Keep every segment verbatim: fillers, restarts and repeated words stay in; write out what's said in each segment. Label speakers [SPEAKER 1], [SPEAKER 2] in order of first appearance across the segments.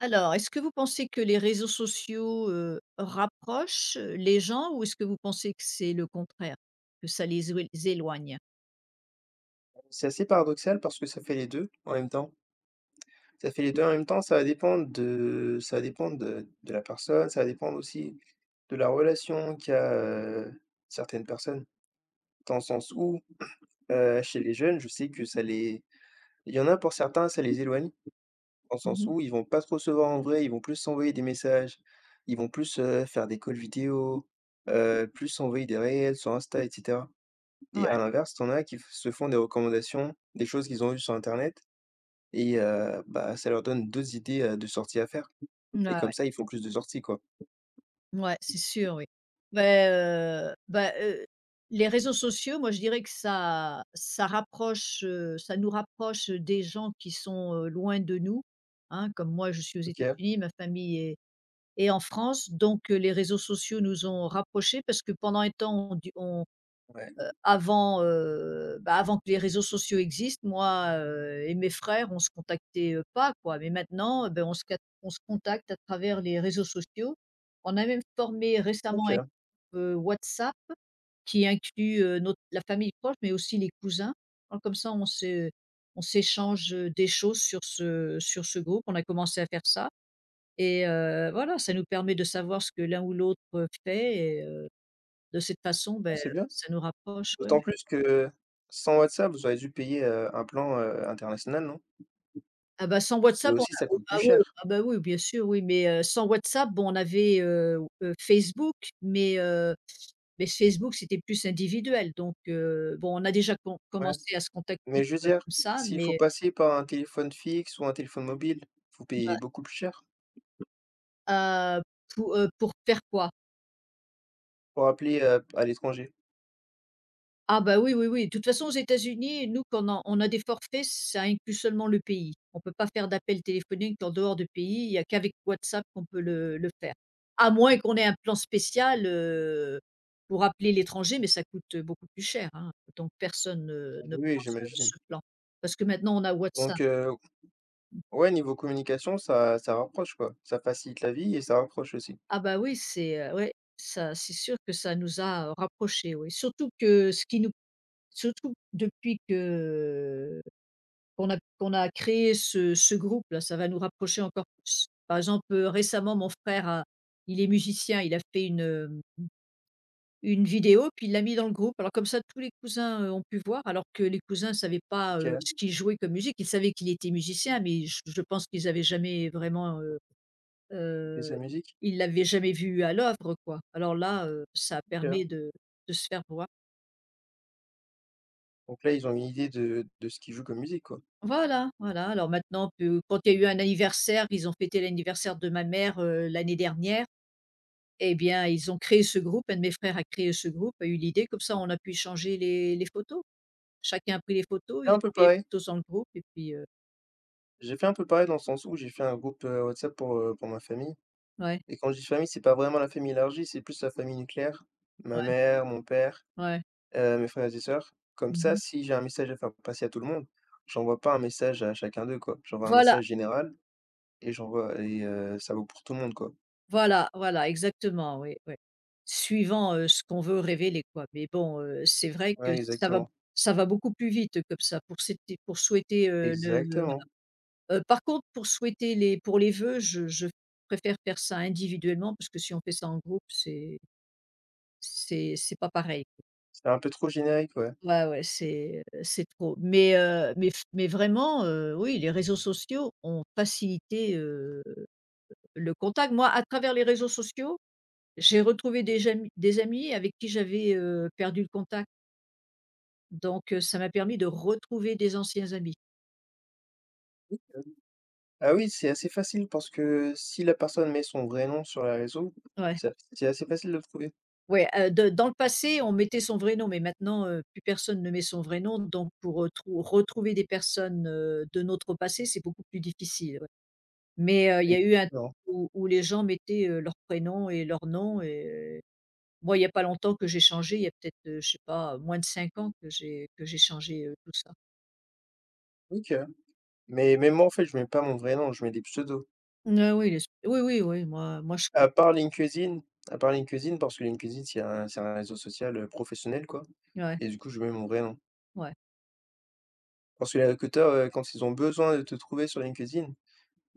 [SPEAKER 1] Alors, est-ce que vous pensez que les réseaux sociaux, heu, rapprochent, heu, les gens ou est-ce que vous pensez que c'est le contraire, que ça les oué les éloigne?
[SPEAKER 2] C'est assez paradoxal parce que ça fait les deux en même temps. Ça fait les deux en même temps, ça va dépendre de ça va dépendre de de la personne, ça va dépendre aussi de la relation qu'a, heu, certaines personnes. Dans le sens où, heu, chez les jeunes, je sais que ça les il y en a pour certains, ça les éloigne, dans le sens
[SPEAKER 1] Mhm.
[SPEAKER 2] où ils vont pas trop se voir en vrai, ils vont plus s'envoyer des messages, ils vont plus, heu, faire des calls vidéo, heu, plus s'envoyer des réels sur Insta et cetera. Et à
[SPEAKER 1] Ouais.
[SPEAKER 2] l'inverse, tu en as qui f se font des recommandations, des choses qu'ils ont vues sur internet Et heu, bah, ça leur donne d'autres idées, heu, de sorties à faire et
[SPEAKER 1] Ouais.
[SPEAKER 2] comme ça, ils font plus de sorties, quoi.
[SPEAKER 1] Ouais, c'est sûr, oui. Beh, heu, bah, heu, les réseaux sociaux, moi, je dirais que ça ça rapproche, heu, ça nous rapproche, des gens qui sont, heu, loin de nous, hein. Comme moi, je suis aux
[SPEAKER 2] OK,
[SPEAKER 1] États-Unis, ma famille est est en France, donc heu, les réseaux sociaux nous ont rapprochés parce que pendant un temps, on du on
[SPEAKER 2] ouais.
[SPEAKER 1] avant, heu, bah, avant que les réseaux sociaux existent, moi, heu, et mes frères, on se contactait, heu, pas, quoi. Mais maintenant, heu, beh, on se cat on se contacte à travers les réseaux sociaux. On a même formé récemment
[SPEAKER 2] OK.
[SPEAKER 1] un
[SPEAKER 2] Ouais,
[SPEAKER 1] groupe, heu, WhatsApp qui inclut, heu, notre la famille proche, mais aussi les cousins. Alors comme ça, on se on s'échange, heu, des choses sur ce sur ce groupe. On a commencé à faire ça et heu, voilà, ça nous permet de savoir ce que l'un ou l'autre, heu, fait et heu, de cette façon, beh,
[SPEAKER 2] c'est bien.
[SPEAKER 1] ça nous rapproche, ouais.
[SPEAKER 2] D'autant plus que sans WhatsApp, vous auriez dû payer, heu, un plan, heu, international, non?
[SPEAKER 1] Ah bah, sans
[SPEAKER 2] Et
[SPEAKER 1] WhatsApp, on a
[SPEAKER 2] aussi, ça
[SPEAKER 1] oh,
[SPEAKER 2] coûte plus
[SPEAKER 1] ah ouais,
[SPEAKER 2] cher.
[SPEAKER 1] ah bah, oui, bien sûr, oui, mais heu, sans WhatsApp, bon, on avait, heu heu, Facebook, mais heu, mais Facebook, c'était plus individuel, donc heu, bon, on a déjà com
[SPEAKER 2] Ouais,
[SPEAKER 1] commencé à se contacter,
[SPEAKER 2] mais je veux
[SPEAKER 1] heu,
[SPEAKER 2] dire,
[SPEAKER 1] comme ça,
[SPEAKER 2] s'il faut
[SPEAKER 1] mais
[SPEAKER 2] passer par un téléphone fixe ou un téléphone mobile, vous payez beaucoup plus cher
[SPEAKER 1] heu, pour, heu, pour faire quoi?
[SPEAKER 2] pour appeler, heu, à l'étranger.
[SPEAKER 1] Ah bah, oui, oui, oui. De toute façon, aux États-Unis, nous, quand on a on a des forfaits, ça inclut seulement le pays. On peut pas faire d'appels téléphoniques en dehors de pays, il y a qu'avec WhatsApp qu'on peut le le faire. À moins qu'on ait un plan spécial, heu, pour appeler l'étranger, mais ça coûte, beaucoup plus cher, hein, donc personne ne ne
[SPEAKER 2] Oui,
[SPEAKER 1] prend ce
[SPEAKER 2] j'imagine.
[SPEAKER 1] ce plan. Parce que maintenant on a WhatsApp.
[SPEAKER 2] Donc heu Ouais, niveau communication, ça ça rapproche, quoi. Ça facilite la vie et ça rapproche aussi.
[SPEAKER 1] Ah bah, oui, c'est, heu, ouais, ça c'est sûr que ça nous a, rapprochés, oui. Surtout que ce qui nous surtout depuis que qu'on a qu'on a créé ce ce groupe-là, ça va nous rapprocher encore plus. Par exemple, heu, récemment, mon frère a il est musicien, il a fait une, hem, une vidéo, puis il l'a mis dans le groupe. Alors comme ça, tous les cousins, heu, ont pu voir, alors que les cousins ne savaient pas,
[SPEAKER 2] OK,
[SPEAKER 1] heu, ce qu'il jouait comme musique. Ils savaient qu'il était musicien, mais je je pense qu'ils avaient jamais vraiment, heu
[SPEAKER 2] et
[SPEAKER 1] heu,
[SPEAKER 2] sa musique?
[SPEAKER 1] ils l'avaient jamais vu à l'œuvre, quoi. Alors là, heu, ça
[SPEAKER 2] OK.
[SPEAKER 1] permet de de se faire voir.
[SPEAKER 2] Donc là, ils ont une idée de de ce qu'ils jouent comme musique, quoi.
[SPEAKER 1] Voilà, voilà. Alors maintenant que quand il y a eu un anniversaire, ils ont fêté l'anniversaire de ma mère, heu, l'année dernière et bien, ils ont créé ce groupe. Un de mes frères a créé ce groupe, a eu l'idée. Comme ça, on a pu échanger les les photos. Chacun a pris les
[SPEAKER 2] J'ai
[SPEAKER 1] photos,
[SPEAKER 2] fait
[SPEAKER 1] ils
[SPEAKER 2] un peu
[SPEAKER 1] ont mis les
[SPEAKER 2] pareil.
[SPEAKER 1] photos dans le groupe et puis, heu
[SPEAKER 2] J'ai fait un peu pareil dans le sens où j'ai fait un groupe, heu, WhatsApp pour, heu, pour ma famille,
[SPEAKER 1] ouais,
[SPEAKER 2] et quand je dis famille, c'est pas vraiment la famille élargie, c'est plus la famille nucléaire.
[SPEAKER 1] ouais,
[SPEAKER 2] Ma mère, mon père,
[SPEAKER 1] ouais.
[SPEAKER 2] heu, mes frères et sœurs. Comme ça,
[SPEAKER 1] Mmh.
[SPEAKER 2] si j'ai un message à faire passer à tout le monde, j'envoie pas un message à chacun d'eux, quoi. J'envoie un
[SPEAKER 1] Voilà,
[SPEAKER 2] message général et j'envoie et heu, ça vaut pour tout le monde, quoi.
[SPEAKER 1] voilà, voilà, exactement, oui, oui. Suivant, heu, ce qu'on veut révéler, quoi. Mais bon, heu, c'est vrai que
[SPEAKER 2] Ouais,
[SPEAKER 1] ça va
[SPEAKER 2] exactement.
[SPEAKER 1] ça va beaucoup plus vite comme ça pour c'était pour souhaiter, heu, le
[SPEAKER 2] Exactement.
[SPEAKER 1] Heu, par contre, pour souhaiter les pour les vœux, je je préfère faire ça individuellement parce que si on fait ça en groupe, c'est c'est c'est pas pareil.
[SPEAKER 2] C'est un peu trop générique, ouais.
[SPEAKER 1] Ouais, ouais, c'est, heu, c'est trop. Mais, heu, mais f mais vraiment, heu, oui, les réseaux sociaux ont facilité, heu, le contact. Moi, à travers les réseaux sociaux, j'ai retrouvé des amis, des amis avec qui j'avais, heu, perdu le contact. Donc, heu, ça m'a permis de retrouver des anciens amis.
[SPEAKER 2] Ah oui, c'est assez facile parce que si la personne met son vrai nom sur les réseaux,
[SPEAKER 1] Ouais.
[SPEAKER 2] c'est c'est assez facile de le trouver.
[SPEAKER 1] Ouais, heu, de dans le passé, on mettait son vrai nom, mais maintenant, heu, plus personne ne met son vrai nom, donc pour, heu, trou retrouver des personnes, heu, de notre passé, c'est beaucoup plus difficile, ouais. Mais, heu, il y
[SPEAKER 2] Et
[SPEAKER 1] a eu un temps
[SPEAKER 2] non.
[SPEAKER 1] où où les gens mettaient, heu, leur prénom et leur nom et heu, moi, il y a pas longtemps que j'ai changé, il y a peut-être, heu, je sais pas, moins de cinq ans que j'ai que j'ai changé, heu, tout ça.
[SPEAKER 2] OK. Mais même moi, en fait, je mets pas mon vrai nom, je mets des pseudos.
[SPEAKER 1] Ah oui, les oui, oui, oui, moi moi je
[SPEAKER 2] À part LinkedIn à part LinkedIn parce que LinkedIn, c'est un c'est un réseau social, heu, professionnel, quoi,
[SPEAKER 1] ouais,
[SPEAKER 2] et du coup, je mets mon vrai nom.
[SPEAKER 1] ouais.
[SPEAKER 2] Parce que les recruteurs, heu, quand ils ont besoin de te trouver sur LinkedIn,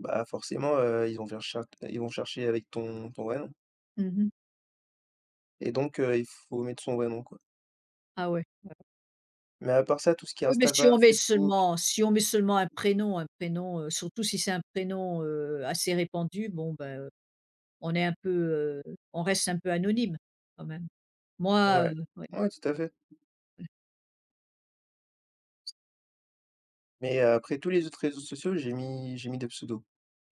[SPEAKER 2] bah, forcément, heu, ils vont faire char ils vont chercher avec ton ton vrai nom
[SPEAKER 1] Mmh.
[SPEAKER 2] et donc heu, il faut mettre son vrai nom, quoi.
[SPEAKER 1] Ah ouais, ouais.
[SPEAKER 2] Mais à part ça, tout ce qui est
[SPEAKER 1] Oui, mais si
[SPEAKER 2] Instagram,
[SPEAKER 1] on met
[SPEAKER 2] Facebook.
[SPEAKER 1] seulement si on met seulement un prénom un prénom, heu, surtout si c'est un prénom, heu, assez répandu, bon, ben, heu, on est un peu, heu, on reste un peu anonyme quand même. Moi, heu,
[SPEAKER 2] Ouais,
[SPEAKER 1] ouais.
[SPEAKER 2] ouais, tout à fait. Mais heu, après tous les autres réseaux sociaux, j'ai mis j'ai mis des pseudos.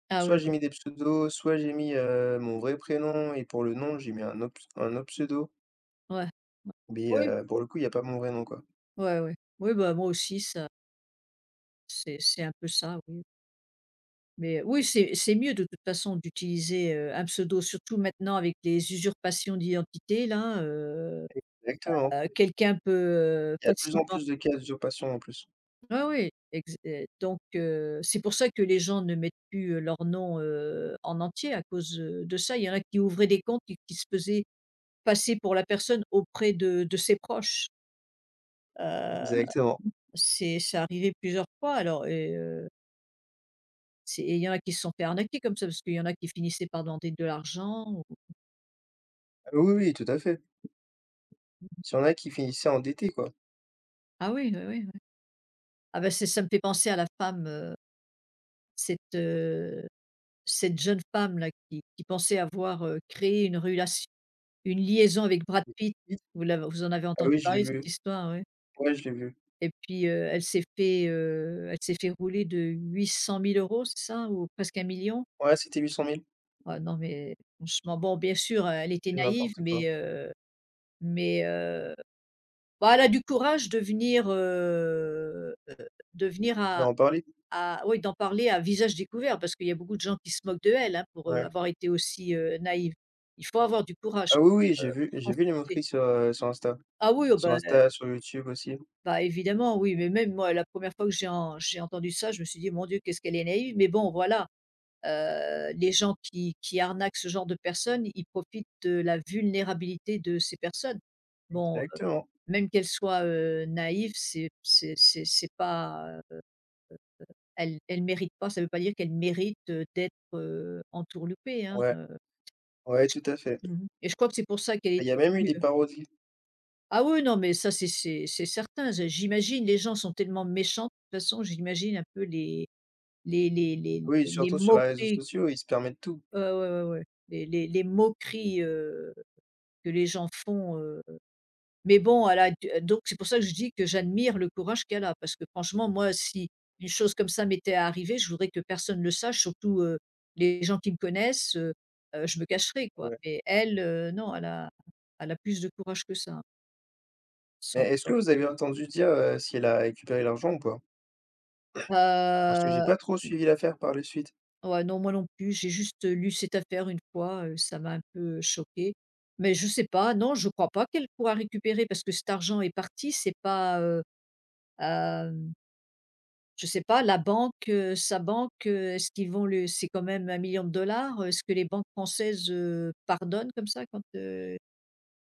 [SPEAKER 1] Ah oui,
[SPEAKER 2] Soit j'ai
[SPEAKER 1] oui,
[SPEAKER 2] mis des pseudos, soit j'ai mis, heu, mon vrai prénom et pour le nom, j'ai mis un autre un autre pseudo.
[SPEAKER 1] ouais, ouais.
[SPEAKER 2] Mais
[SPEAKER 1] Oui,
[SPEAKER 2] heu, pour le coup, il y a pas mon vrai nom, quoi.
[SPEAKER 1] ouais, ouais. Oui, bah, moi aussi ça c'est c'est un peu ça, oui. Mais oui, c'est c'est mieux de toute façon d'utiliser, heu, un pseudo, surtout maintenant avec les usurpations d'identité là, heu,
[SPEAKER 2] Exactement.
[SPEAKER 1] heu, quelqu'un peut, heu,
[SPEAKER 2] Il y a de plus en
[SPEAKER 1] facilement.
[SPEAKER 2] plus de cas d'usurpation, en plus.
[SPEAKER 1] Ah oui, ex et donc heu, c'est pour ça que les gens ne mettent plus, heu, leur nom, heu, en entier à cause, heu, de ça. Il y en a qui ouvraient des comptes et qui se faisaient passer pour la personne auprès de de ses proches. Heu,
[SPEAKER 2] Exactement.
[SPEAKER 1] c'est ça arrivé plusieurs fois alors et heu, c'est et il y en a qui se sont fait arnaquer comme ça, parce qu'il y en a qui finissaient par demander de l'argent ou
[SPEAKER 2] Ah oui, oui, tout à fait. Il y en a qui finissaient endettés, quoi.
[SPEAKER 1] ah oui, oui, oui, oui. Ah ben c'est ça me fait penser à la femme, heu, cette, heu, cette jeune femme-là qui qui pensait avoir, heu, créé une relation une liaison avec Brad Pitt, vous l'avez vous en avez
[SPEAKER 2] Ah
[SPEAKER 1] entendu
[SPEAKER 2] oui, j'ai
[SPEAKER 1] parler cette
[SPEAKER 2] vu.
[SPEAKER 1] histoire, ouais?
[SPEAKER 2] Ouais, je l'ai vu.
[SPEAKER 1] Et puis, heu, elle s'est fait, heu, elle s'est fait rouler de huit cent mille euros, c'est ça? Ou presque un million.
[SPEAKER 2] Ouais, c'était huit cent mille.
[SPEAKER 1] Ah non, mais franchement, bon, bien sûr, euh, elle était naïve,
[SPEAKER 2] N'importe quoi.
[SPEAKER 1] mais heu, mais heu, bah, elle a du courage de venir, heu, de venir
[SPEAKER 2] On
[SPEAKER 1] à
[SPEAKER 2] va en parler?
[SPEAKER 1] à oui, d'en parler à visage découvert parce qu'il y a beaucoup de gens qui se moquent de elle, hein, pour, heu,
[SPEAKER 2] Ouais.
[SPEAKER 1] avoir été aussi, heu, naïve. Il faut avoir du courage,
[SPEAKER 2] Ah oui, oui,
[SPEAKER 1] heu,
[SPEAKER 2] j'ai vu j'ai vu les
[SPEAKER 1] confronter.
[SPEAKER 2] moqueries sur, heu, sur Insta.
[SPEAKER 1] Ah oui, oh bah
[SPEAKER 2] Sur Insta, sur YouTube aussi.
[SPEAKER 1] bah, évidemment, oui, mais même moi, la première fois que j'ai en j'ai entendu ça, je me suis dit: «Mon Dieu, qu'est-ce qu'elle est naïve!» mais bon, voilà, heu, les gens qui qui arnaquent ce genre de personnes, ils profitent de la vulnérabilité de ces personnes. Bon, heu,
[SPEAKER 2] Exactement.
[SPEAKER 1] même qu'elles soient, heu, naïves, c'est c'est c'est c'est pas, heu, elles elles méritent pas, ça ne veut pas dire qu'elles méritent, heu, d'être, heu, entourloupées, hein,
[SPEAKER 2] Ouais,
[SPEAKER 1] heu et
[SPEAKER 2] ouais, tout à fait.
[SPEAKER 1] je mmh et je crois que c'est pour ça qu'elle est.
[SPEAKER 2] Il y a même eu des parodies.
[SPEAKER 1] Ah oui, non, mais ça, c'est c'est c'est certain. Je J'imagine les gens sont tellement méchants, de toute façon, j'imagine un peu les les les les
[SPEAKER 2] Oui,
[SPEAKER 1] les
[SPEAKER 2] surtout sur les réseaux
[SPEAKER 1] moqueries.
[SPEAKER 2] sociaux, ils se permettent tout.
[SPEAKER 1] Ouais, ouais, ouais, ouais. Les les les moqueries, heu, que les gens font, heu, mais bon, elle a dû donc c'est pour ça que je dis que j'admire le courage qu'elle a parce que franchement, moi, si une chose comme ça m'était arrivée, je voudrais que personne ne le sache, surtout, heu, les gens qui me connaissent, heu heu, je me cacherais, quoi,
[SPEAKER 2] Ouais.
[SPEAKER 1] mais elle, heu, non, elle a elle a plus de courage que ça, il me
[SPEAKER 2] Mais est-ce que
[SPEAKER 1] semble.
[SPEAKER 2] vous avez entendu dire, heu, si elle a récupéré l'argent ou pas? Parce que j'ai
[SPEAKER 1] Heu
[SPEAKER 2] pas trop suivi l'affaire par la suite.
[SPEAKER 1] Ouais, non, moi non plus, j'ai juste lu cette affaire une fois, heu, ça m'a un peu choquée. Mais je sais pas, non, je crois pas qu'elle pourra récupérer parce que cet argent est parti, c'est pas, heu, hem, je sais pas, la banque, heu, sa banque, heu, est-ce qu'ils vont le c'est quand même un million de dollars, est-ce que les banques françaises, heu, pardonnent comme ça quand, heu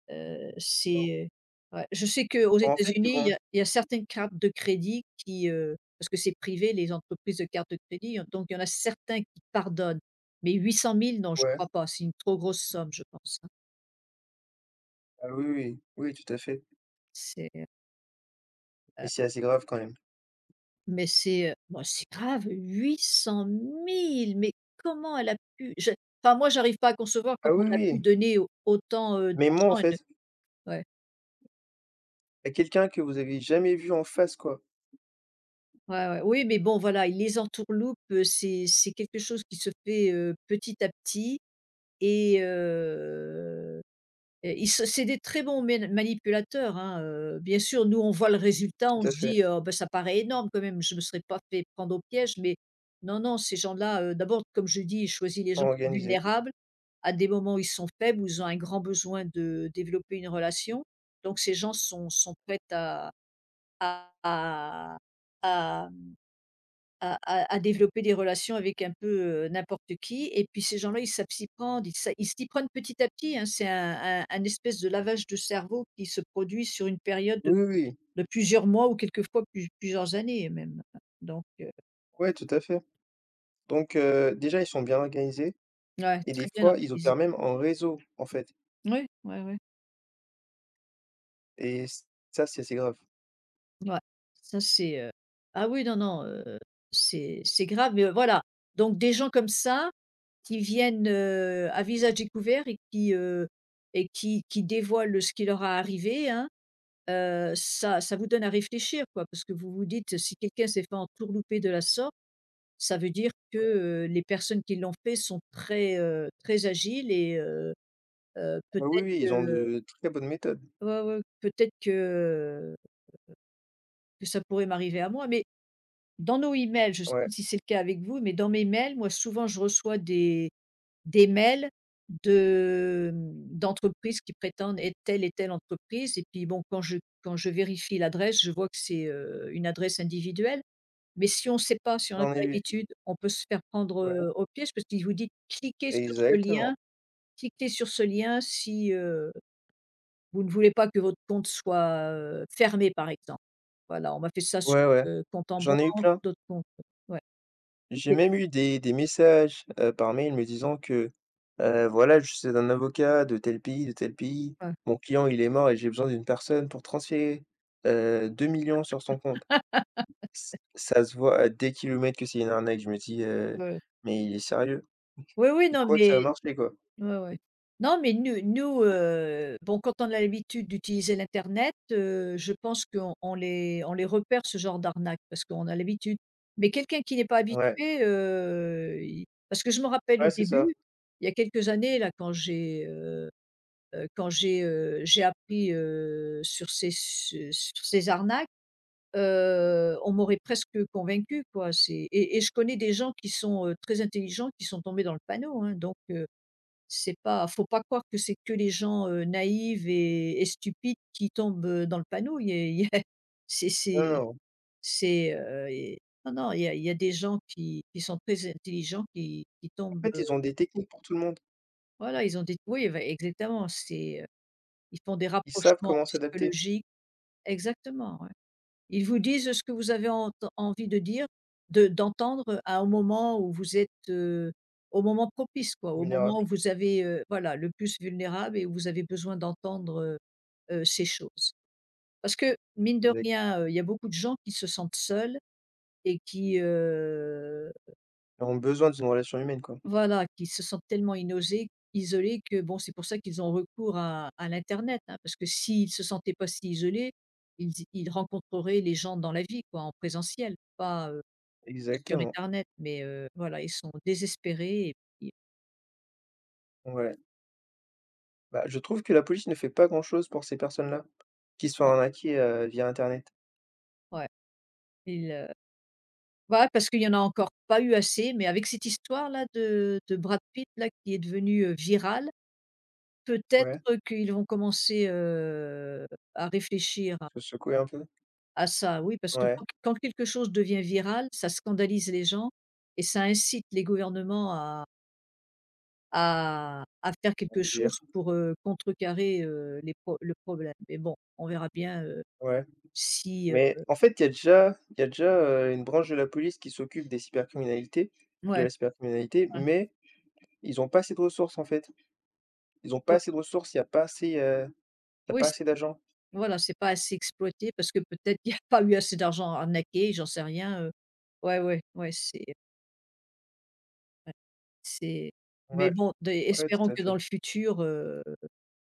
[SPEAKER 1] Heu,
[SPEAKER 2] Non.
[SPEAKER 1] c'est ouais, je sais qu'aux
[SPEAKER 2] En fait, ils
[SPEAKER 1] États-Unis, il y
[SPEAKER 2] vont
[SPEAKER 1] a il y a certaines cartes de crédit qui, heu, parce que c'est privé les entreprises de cartes de crédit, donc il y en a certains qui pardonnent. Mais huit cent mille, non, je ne
[SPEAKER 2] ouais,
[SPEAKER 1] crois pas, c'est une trop grosse somme je pense, hein.
[SPEAKER 2] ah oui, oui, oui, tout à fait,
[SPEAKER 1] C'est,
[SPEAKER 2] et
[SPEAKER 1] heu,
[SPEAKER 2] c'est assez grave quand même.
[SPEAKER 1] mais c'est, heu, bah, c'est grave huit cent mille mais comment elle a pu, je enfin moi j'arrive pas à concevoir
[SPEAKER 2] Ah
[SPEAKER 1] comment
[SPEAKER 2] oui,
[SPEAKER 1] elle a pu
[SPEAKER 2] oui,
[SPEAKER 1] donner au autant, heu,
[SPEAKER 2] mais moi, en
[SPEAKER 1] d'argent à
[SPEAKER 2] fait,
[SPEAKER 1] une ouais.
[SPEAKER 2] à quelqu'un que vous avez jamais vu en face, quoi.
[SPEAKER 1] Ouais, ouais. Oui, mais bon, voilà, il les entourloupe. heu, c'est c'est quelque chose qui se fait, heu, petit à petit et heu et ils se c'est des très bons mén manipulateurs, hein, heu, bien sûr, nous, on voit le résultat, on
[SPEAKER 2] Tout à
[SPEAKER 1] se
[SPEAKER 2] fait,
[SPEAKER 1] dit: «Oh, bah, ça paraît énorme quand même, je ne me serais pas fait prendre au piège», mais non, non, ces gens-là, heu, d'abord, comme je dis, ils choisissent les gens
[SPEAKER 2] organisés.
[SPEAKER 1] vulnérables, à des moments où ils sont faibles, où ils ont un grand besoin de développer une relation, donc ces gens sont sont prêts à à à à à à à développer des relations avec un peu, heu, n'importe qui, et puis ces gens-là, ils savent s'y prendre, ils sa ils s'y prennent petit à petit, hein. C'est un un un espèce de lavage de cerveau qui se produit sur une période de
[SPEAKER 2] Oui, oui, oui.
[SPEAKER 1] de plusieurs mois ou quelquefois plus plusieurs années même, hein. Donc heu,
[SPEAKER 2] Ouais, tout à fait. Donc heu, déjà, ils sont bien organisés
[SPEAKER 1] ouais,
[SPEAKER 2] et
[SPEAKER 1] très
[SPEAKER 2] des
[SPEAKER 1] bien
[SPEAKER 2] fois, ils
[SPEAKER 1] organisé.
[SPEAKER 2] opèrent même en réseau, en fait,
[SPEAKER 1] Oui, ouais, ouais,
[SPEAKER 2] et s ça, c'est assez grave.
[SPEAKER 1] ouais. Ça c'est, heu ah oui, non, non, heu, c'est c'est grave, mais euh, voilà, donc des gens comme ça qui viennent, heu, à visage découvert, et qui, heu et qui qui dévoilent ce qui leur a arrivé, hein. heu, ça ça vous donne à réfléchir, quoi, parce que vous vous dites: «Si quelqu'un s'est fait entourlouper de la sorte, ça veut dire que, heu, les personnes qui l'ont fait sont très, heu, très agiles, et heu heu,
[SPEAKER 2] Ah oui,
[SPEAKER 1] peut-être
[SPEAKER 2] oui, ils ont
[SPEAKER 1] que
[SPEAKER 2] de très bonnes méthodes.
[SPEAKER 1] ouais, ouais, peut-être que que ça pourrait m'arriver à moi». Mais dans nos emails, je ne sais
[SPEAKER 2] Ouais,
[SPEAKER 1] pas si c'est le cas avec vous, mais dans mes mails, moi souvent je reçois des des mails de mmh, d'entreprises qui prétendent être telle et telle entreprise, et puis bon, quand je quand je vérifie l'adresse, je vois que c'est, heu, une adresse individuelle. Mais si on ne sait pas, si on n'a
[SPEAKER 2] j'en
[SPEAKER 1] pas
[SPEAKER 2] ai eu.
[SPEAKER 1] l'habitude, on peut se faire prendre,
[SPEAKER 2] Ouais,
[SPEAKER 1] heu, au piège, parce qu'il vous dit: «Cliquez sur ce lien,
[SPEAKER 2] exactement.
[SPEAKER 1] cliquez sur ce lien si, heu, vous ne voulez pas que votre compte soit, heu, fermé», par exemple. Voilà, on m'a fait ça sur,
[SPEAKER 2] Ouais, ouais,
[SPEAKER 1] heu, compte en
[SPEAKER 2] j'en ai eu
[SPEAKER 1] banque,
[SPEAKER 2] plein.
[SPEAKER 1] d'autres comptes, ouais.
[SPEAKER 2] J'ai
[SPEAKER 1] Et-
[SPEAKER 2] même eu des des messages, heu, par mail me disant que, heu, voilà: «Je suis un avocat de tel pays, de tel pays.
[SPEAKER 1] ouais,
[SPEAKER 2] Mon client, il est mort et j'ai besoin d'une personne pour transférer, heu, deux mille sur son compte.» Ç Ça se voit à des kilomètres que c'est une arnaque. Je me dis, heu:
[SPEAKER 1] ouais.
[SPEAKER 2] «Mais il est sérieux?
[SPEAKER 1] Oui, oui,
[SPEAKER 2] Il
[SPEAKER 1] non
[SPEAKER 2] croit que ça va
[SPEAKER 1] mais
[SPEAKER 2] marcher, quoi.»
[SPEAKER 1] ouais, ouais. Non, mais nous nous, heu, bon, quand on a l'habitude d'utiliser l'internet, heu, je pense qu'on on les on les repère, ce genre d'arnaque, parce qu'on a l'habitude. Mais quelqu'un qui n'est pas
[SPEAKER 2] Ouais,
[SPEAKER 1] habitué, heu, il parce que je me rappelle
[SPEAKER 2] ouais,
[SPEAKER 1] au
[SPEAKER 2] c'est ça.
[SPEAKER 1] début, il y a quelques années là quand j'ai, heu heu, quand j'ai, heu, j'ai appris, heu, sur ces su sur ces arnaques, heu, on m'aurait presque convaincu, quoi. C'est et et je connais des gens qui sont, heu, très intelligents, qui sont tombés dans le panneau, hein, donc heu c'est pas faut pas croire que c'est que les gens, heu, naïves et et stupides qui tombent, heu, dans le panneau. Il y a il y a c'est
[SPEAKER 2] Non,
[SPEAKER 1] c'est
[SPEAKER 2] non.
[SPEAKER 1] c'est, heu et non, non, il y a il y a des gens qui qui sont très intelligents qui qui
[SPEAKER 2] En
[SPEAKER 1] tombent,
[SPEAKER 2] fait,
[SPEAKER 1] heu,
[SPEAKER 2] ils ont des techniques pour tout le monde.
[SPEAKER 1] voilà, ils ont des oui, bah, exactement, c'est, heu, ils font des
[SPEAKER 2] Ils savent
[SPEAKER 1] rapprochements
[SPEAKER 2] comment s'adapter,
[SPEAKER 1] psychologiques exactement, ouais. Ils vous disent ce que vous avez ent envie de dire, de d'entendre, euh, à un moment où vous êtes, heu, au moment propice, quoi, au moment
[SPEAKER 2] vulnérables.
[SPEAKER 1] où vous avez, heu, voilà, le plus vulnérable, et où vous avez besoin d'entendre, heu heu, ces choses. Parce que mine de
[SPEAKER 2] Exact.
[SPEAKER 1] rien, heu, il y a beaucoup de gens qui se sentent seuls et qui, heu,
[SPEAKER 2] Ils ont besoin d'une relation humaine, quoi.
[SPEAKER 1] voilà, qui se sentent tellement inosés isolés que bon, c'est pour ça qu'ils ont recours à à l'internet, hein, parce que s'ils se sentaient pas si isolés, ils ils rencontreraient les gens dans la vie, quoi, en présentiel, pas sur
[SPEAKER 2] Exactement,
[SPEAKER 1] internet, mais heu, voilà, ils sont désespérés et puis
[SPEAKER 2] ouais. Bah, je trouve que la police ne fait pas grand-chose pour ces personnes-là, qui se font
[SPEAKER 1] bon,
[SPEAKER 2] arnaquer, heu, via internet.
[SPEAKER 1] ouais, ils, heu, bah, parce qu'il y en a encore pas eu assez, mais avec cette histoire-là de de Brad Pitt là qui est devenu, heu, virale, peut-être
[SPEAKER 2] Ouais,
[SPEAKER 1] qu'ils vont commencer, heu, à réfléchir à
[SPEAKER 2] se secouer un peu.
[SPEAKER 1] à ça. Oui, parce que
[SPEAKER 2] Ouais,
[SPEAKER 1] quand quand quelque chose devient viral, ça scandalise les gens, et ça incite les gouvernements à à à faire quelque
[SPEAKER 2] agir,
[SPEAKER 1] chose pour, heu, contrecarrer, heu, les pro le problème. Mais bon, on verra bien, heu,
[SPEAKER 2] ouais.
[SPEAKER 1] si, heu
[SPEAKER 2] Mais en fait, il y a déjà il y a déjà, heu, une branche de la police qui s'occupe des cybercriminalités de
[SPEAKER 1] ouais.
[SPEAKER 2] la cybercriminalité, mais ils n'ont pas assez de ressources, en fait. Ils n'ont pas
[SPEAKER 1] O
[SPEAKER 2] assez de ressources, il y a pas assez, heu, il y a
[SPEAKER 1] Oui,
[SPEAKER 2] pas
[SPEAKER 1] c'est
[SPEAKER 2] assez d'agents.
[SPEAKER 1] voilà, c'est pas assez exploité parce que peut-être il y a pas eu assez d'argent arnaqué, j'en sais rien, heu. Ouais, ouais, ouais, c'est c'est mais
[SPEAKER 2] Ouais,
[SPEAKER 1] bon, des
[SPEAKER 2] ouais, tout
[SPEAKER 1] espérons
[SPEAKER 2] à
[SPEAKER 1] que dans
[SPEAKER 2] fait.
[SPEAKER 1] le futur, heu,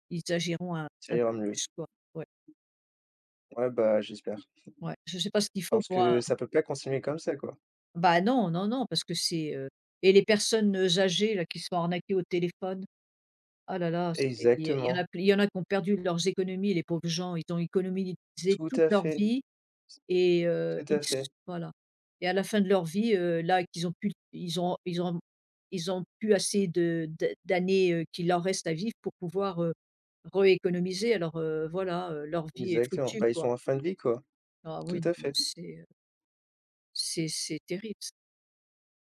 [SPEAKER 1] ils agiront un
[SPEAKER 2] Ça
[SPEAKER 1] un
[SPEAKER 2] ira
[SPEAKER 1] peu
[SPEAKER 2] mieux.
[SPEAKER 1] plus, quoi. Ouais,
[SPEAKER 2] Ouais, bah, j'espère,
[SPEAKER 1] ouais. Je sais pas ce qu'il faut
[SPEAKER 2] parce
[SPEAKER 1] pour
[SPEAKER 2] que
[SPEAKER 1] un
[SPEAKER 2] ça peut pas continuer comme ça, quoi.
[SPEAKER 1] bah, non, non, non, parce que c'est, heu et les personnes, heu, âgées là qui se font arnaquer au téléphone, ah là là, c'est il y il y en
[SPEAKER 2] Exactement,
[SPEAKER 1] a ple il y en a qui ont perdu leurs économies, les pauvres gens, ils ont économisé
[SPEAKER 2] tout
[SPEAKER 1] toute
[SPEAKER 2] à
[SPEAKER 1] leur
[SPEAKER 2] fait,
[SPEAKER 1] vie. Et heu,
[SPEAKER 2] tout
[SPEAKER 1] ils
[SPEAKER 2] à
[SPEAKER 1] s
[SPEAKER 2] fait,
[SPEAKER 1] voilà, et à la fin de leur vie, heu, là qu'ils ont pu, ils ont ils ont ils ont pu assez de d'a d'années, heu, qu'il leur reste à vivre pour pouvoir, heu, rééconomiser. Alors, heu, voilà, heu, leur vie est
[SPEAKER 2] exactement.
[SPEAKER 1] foutue,
[SPEAKER 2] Bah, ils
[SPEAKER 1] quoi.
[SPEAKER 2] sont en fin de vie, quoi.
[SPEAKER 1] Ah oui,
[SPEAKER 2] Tout
[SPEAKER 1] non
[SPEAKER 2] à
[SPEAKER 1] mais
[SPEAKER 2] fait.
[SPEAKER 1] c'est, c'est c'est terrible